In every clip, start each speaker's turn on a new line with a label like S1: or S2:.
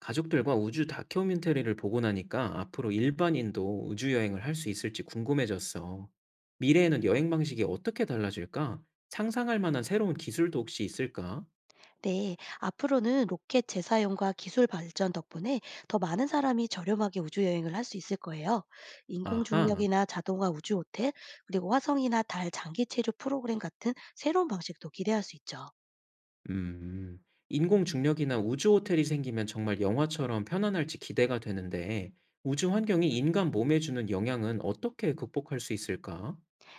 S1: 가족들과 우주 다큐멘터리를 보고 나니까 앞으로 일반인도 우주 여행을 할 수 있을지 궁금해졌어. 미래에는 여행 방식이 어떻게 달라질까? 상상할 만한 새로운 기술도 혹시 있을까?
S2: 네, 앞으로는 로켓 재사용과 기술 발전 덕분에 더 많은 사람이 저렴하게 우주 여행을 할 수 있을 거예요. 인공
S1: 아하,
S2: 중력이나 자동화 우주 호텔, 그리고 화성이나 달 장기 체류 프로그램 같은 새로운 방식도 기대할 수 있죠.
S1: 음, 인공 중력이나 우주 호텔이 생기면 정말 영화처럼 편안할지 기대가 되는데, 우주 환경이 인간 몸에 주는 영향은 어떻게 극복할 수 있을까?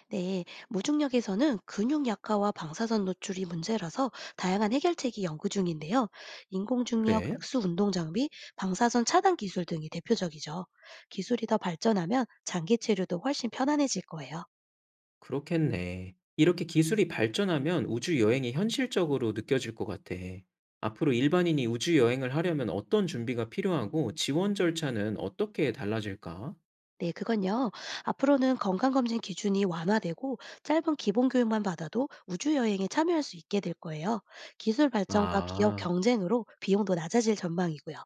S2: 네, 무중력에서는 근육 약화와 방사선 노출이 문제라서 다양한 해결책이 연구 중인데요. 인공 중력
S1: 그래?
S2: 특수 운동 장비, 방사선 차단 기술 등이 대표적이죠. 기술이 더 발전하면 장기 체류도 훨씬 편안해질 거예요.
S1: 그렇겠네. 이렇게 기술이 발전하면 우주 여행이 현실적으로 느껴질 것 같아. 앞으로 일반인이 우주 여행을 하려면 어떤 준비가 필요하고 지원 절차는 어떻게 달라질까?
S2: 네, 그건요. 앞으로는 건강검진 기준이 완화되고 짧은 기본 교육만 받아도 우주여행에 참여할 수 있게 될 거예요. 기술 발전과 기업
S1: 아,
S2: 경쟁으로 비용도 낮아질 전망이고요.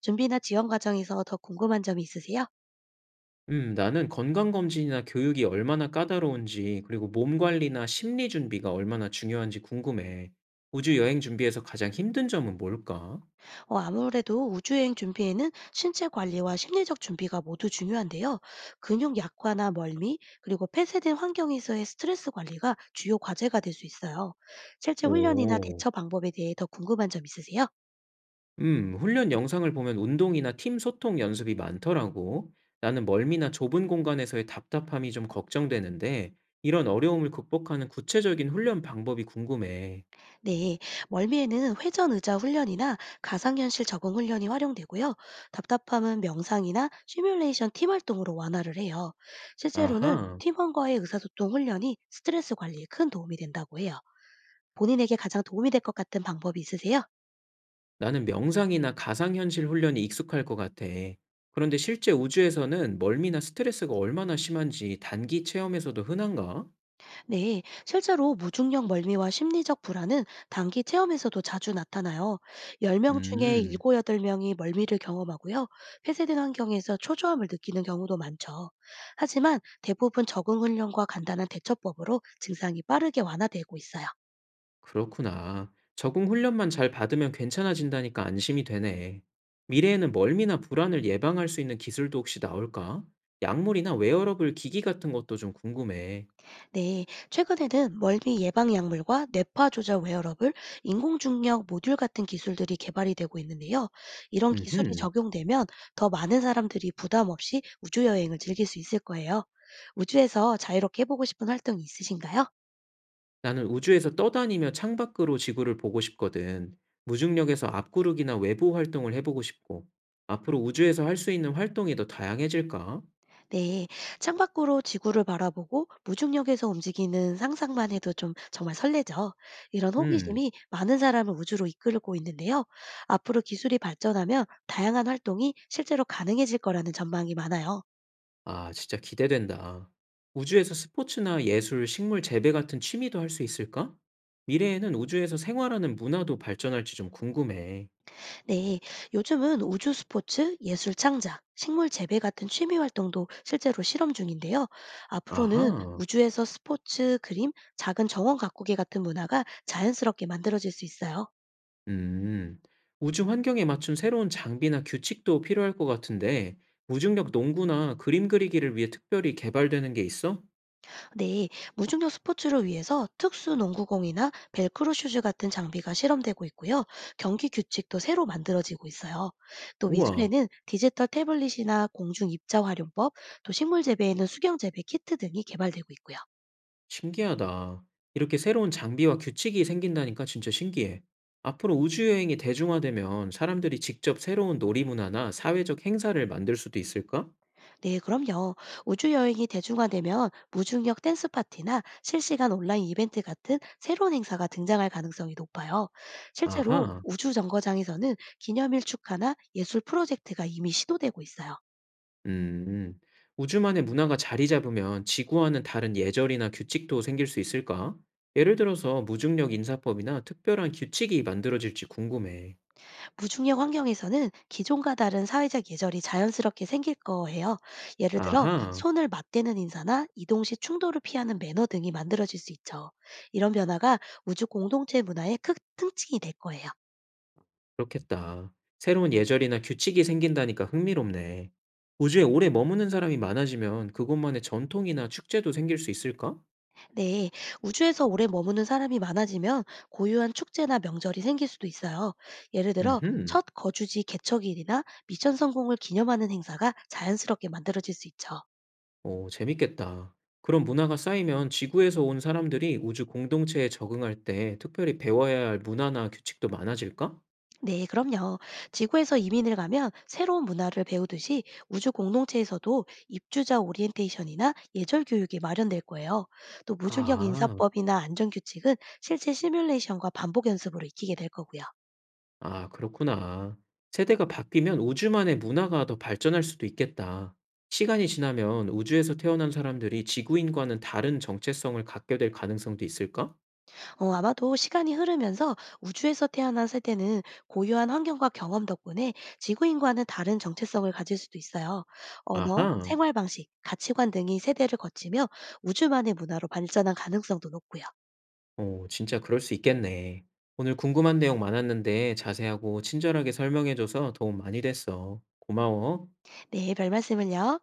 S2: 준비나 지원 과정에서 더 궁금한 점이 있으세요?
S1: 나는 건강검진이나 교육이 얼마나 까다로운지, 그리고 몸 관리나 심리 준비가 얼마나 중요한지 궁금해. 우주 여행 준비에서 가장 힘든 점은 뭘까?
S2: 아무래도 우주여행 준비에는 신체 관리와 심리적 준비가 모두 중요한데요. 근육 약화나 멀미, 그리고 폐쇄된 환경에서의 스트레스 관리가 주요 과제가 될 수 있어요. 실제 훈련이나
S1: 오.
S2: 대처 방법에 대해 더 궁금한 점 있으세요?
S1: 훈련 영상을 보면 운동이나 팀 소통 연습이 많더라고. 나는 멀미나 좁은 공간에서의 답답함이 좀 걱정되는데, 이런 어려움을 극복하는 구체적인 훈련 방법이 궁금해.
S2: 네, 멀미에는 회전 의자 훈련이나 가상현실 적응 훈련이 활용되고요. 답답함은 명상이나 시뮬레이션 팀 활동으로 완화를 해요. 실제로는
S1: 아하,
S2: 팀원과의 의사소통 훈련이 스트레스 관리에 큰 도움이 된다고 해요. 본인에게 가장 도움이 될 것 같은 방법이 있으세요?
S1: 나는 명상이나 가상현실 훈련이 익숙할 것 같아. 그런데 실제 우주에서는 멀미나 스트레스가 얼마나 심한지 단기 체험에서도 흔한가?
S2: 네, 실제로 무중력 멀미와 심리적 불안은 단기 체험에서도 자주 나타나요. 10명 중에 7,
S1: 음.
S2: 8명이 멀미를 경험하고요. 폐쇄된 환경에서 초조함을 느끼는 경우도 많죠. 하지만 대부분 적응 훈련과 간단한 대처법으로 증상이 빠르게 완화되고 있어요.
S1: 그렇구나. 적응 훈련만 잘 받으면 괜찮아진다니까 안심이 되네. 미래에는 멀미나 불안을 예방할 수 있는 기술도 혹시 나올까? 약물이나 웨어러블 기기 같은 것도 좀 궁금해.
S2: 네, 최근에는 멀미 예방 약물과 뇌파 조절 웨어러블, 인공중력 모듈 같은 기술들이 개발이 되고 있는데요. 이런 기술이
S1: 음흠.
S2: 적용되면 더 많은 사람들이 부담 없이 우주 여행을 즐길 수 있을 거예요. 우주에서 자유롭게 해보고 싶은 활동이 있으신가요?
S1: 나는 우주에서 떠다니며 창밖으로 지구를 보고 싶거든. 무중력에서 앞구르기나 외부 활동을 해보고 싶고. 앞으로 우주에서 할 수 있는 활동이 더 다양해질까?
S2: 네, 창밖으로 지구를 바라보고 무중력에서 움직이는 상상만 해도 좀 정말 설레죠. 이런
S1: 음.
S2: 호기심이 많은 사람을 우주로 이끌고 있는데요. 앞으로 기술이 발전하면 다양한 활동이 실제로 가능해질 거라는 전망이 많아요.
S1: 아 진짜 기대된다. 우주에서 스포츠나 예술, 식물 재배 같은 취미도 할 수 있을까? 미래에는 우주에서 생활하는 문화도 발전할지 좀 궁금해.
S2: 네, 요즘은 우주 스포츠, 예술 창작, 식물 재배 같은 취미 활동도 실제로 실험 중인데요. 앞으로는
S1: 아하.
S2: 우주에서 스포츠, 그림, 작은 정원 가꾸기 같은 문화가 자연스럽게 만들어질 수 있어요.
S1: 음. 우주 환경에 맞춘 새로운 장비나 규칙도 필요할 것 같은데, 무중력 농구나 그림 그리기를 위해 특별히 개발되는 게 있어?
S2: 네, 무중력 스포츠를 위해서 특수 농구공이나 벨크로 슈즈 같은 장비가 실험되고 있고요. 경기 규칙도 새로 만들어지고 있어요. 또
S1: 우와.
S2: 미술에는 디지털 태블릿이나 공중 입자 활용법, 또 식물 재배에는 수경 재배 키트 등이 개발되고 있고요.
S1: 신기하다. 이렇게 새로운 장비와 규칙이 생긴다니까 진짜 신기해. 앞으로 우주여행이 대중화되면 사람들이 직접 새로운 놀이문화나 사회적 행사를 만들 수도 있을까?
S2: 네, 그럼요. 우주 여행이 대중화되면 무중력 댄스 파티나 실시간 온라인 이벤트 같은 새로운 행사가 등장할 가능성이 높아요. 실제로
S1: 아하,
S2: 우주 정거장에서는 기념일 축하나 예술 프로젝트가 이미 시도되고 있어요.
S1: 음. 우주만의 문화가 자리 잡으면 지구와는 다른 예절이나 규칙도 생길 수 있을까? 예를 들어서 무중력 인사법이나 특별한 규칙이 만들어질지 궁금해.
S2: 무중력 환경에서는 기존과 다른 사회적 예절이 자연스럽게 생길 거예요. 예를 들어
S1: 아하.
S2: 손을 맞대는 인사나 이동 시 충돌을 피하는 매너 등이 만들어질 수 있죠. 이런 변화가 우주 공동체 문화의 큰 특징이 될 거예요.
S1: 그렇겠다. 새로운 예절이나 규칙이 생긴다니까 흥미롭네. 우주에 오래 머무는 사람이 많아지면 그곳만의 전통이나 축제도 생길 수 있을까?
S2: 네, 우주에서 오래 머무는 사람이 많아지면 고유한 축제나 명절이 생길 수도 있어요. 예를 들어
S1: 음흠.
S2: 첫 거주지 개척일이나 미션 성공을 기념하는 행사가 자연스럽게 만들어질 수 있죠.
S1: 오, 재밌겠다. 그런 문화가 쌓이면 지구에서 온 사람들이 우주 공동체에 적응할 때 특별히 배워야 할 문화나 규칙도 많아질까?
S2: 네, 그럼요. 지구에서 이민을 가면 새로운 문화를 배우듯이 우주 공동체에서도 입주자 오리엔테이션이나 예절 교육이 마련될 거예요. 또 무중력
S1: 아,
S2: 인사법이나 안전 규칙은 실제 시뮬레이션과 반복 연습으로 익히게 될 거고요.
S1: 아, 그렇구나. 세대가 바뀌면 우주만의 문화가 더 발전할 수도 있겠다. 시간이 지나면 우주에서 태어난 사람들이 지구인과는 다른 정체성을 갖게 될 가능성도 있을까?
S2: 아마도 시간이 흐르면서 우주에서 태어난 세대는 고유한 환경과 경험 덕분에 지구인과는 다른 정체성을 가질 수도 있어요. 언어,
S1: 아하,
S2: 생활 방식, 가치관 등이 세대를 거치며 우주만의 문화로 발전한 가능성도 높고요.
S1: 어, 진짜 그럴 수 있겠네. 오늘 궁금한 내용 많았는데 자세하고 친절하게 설명해줘서 도움 많이 됐어. 고마워.
S2: 네, 별 말씀을요.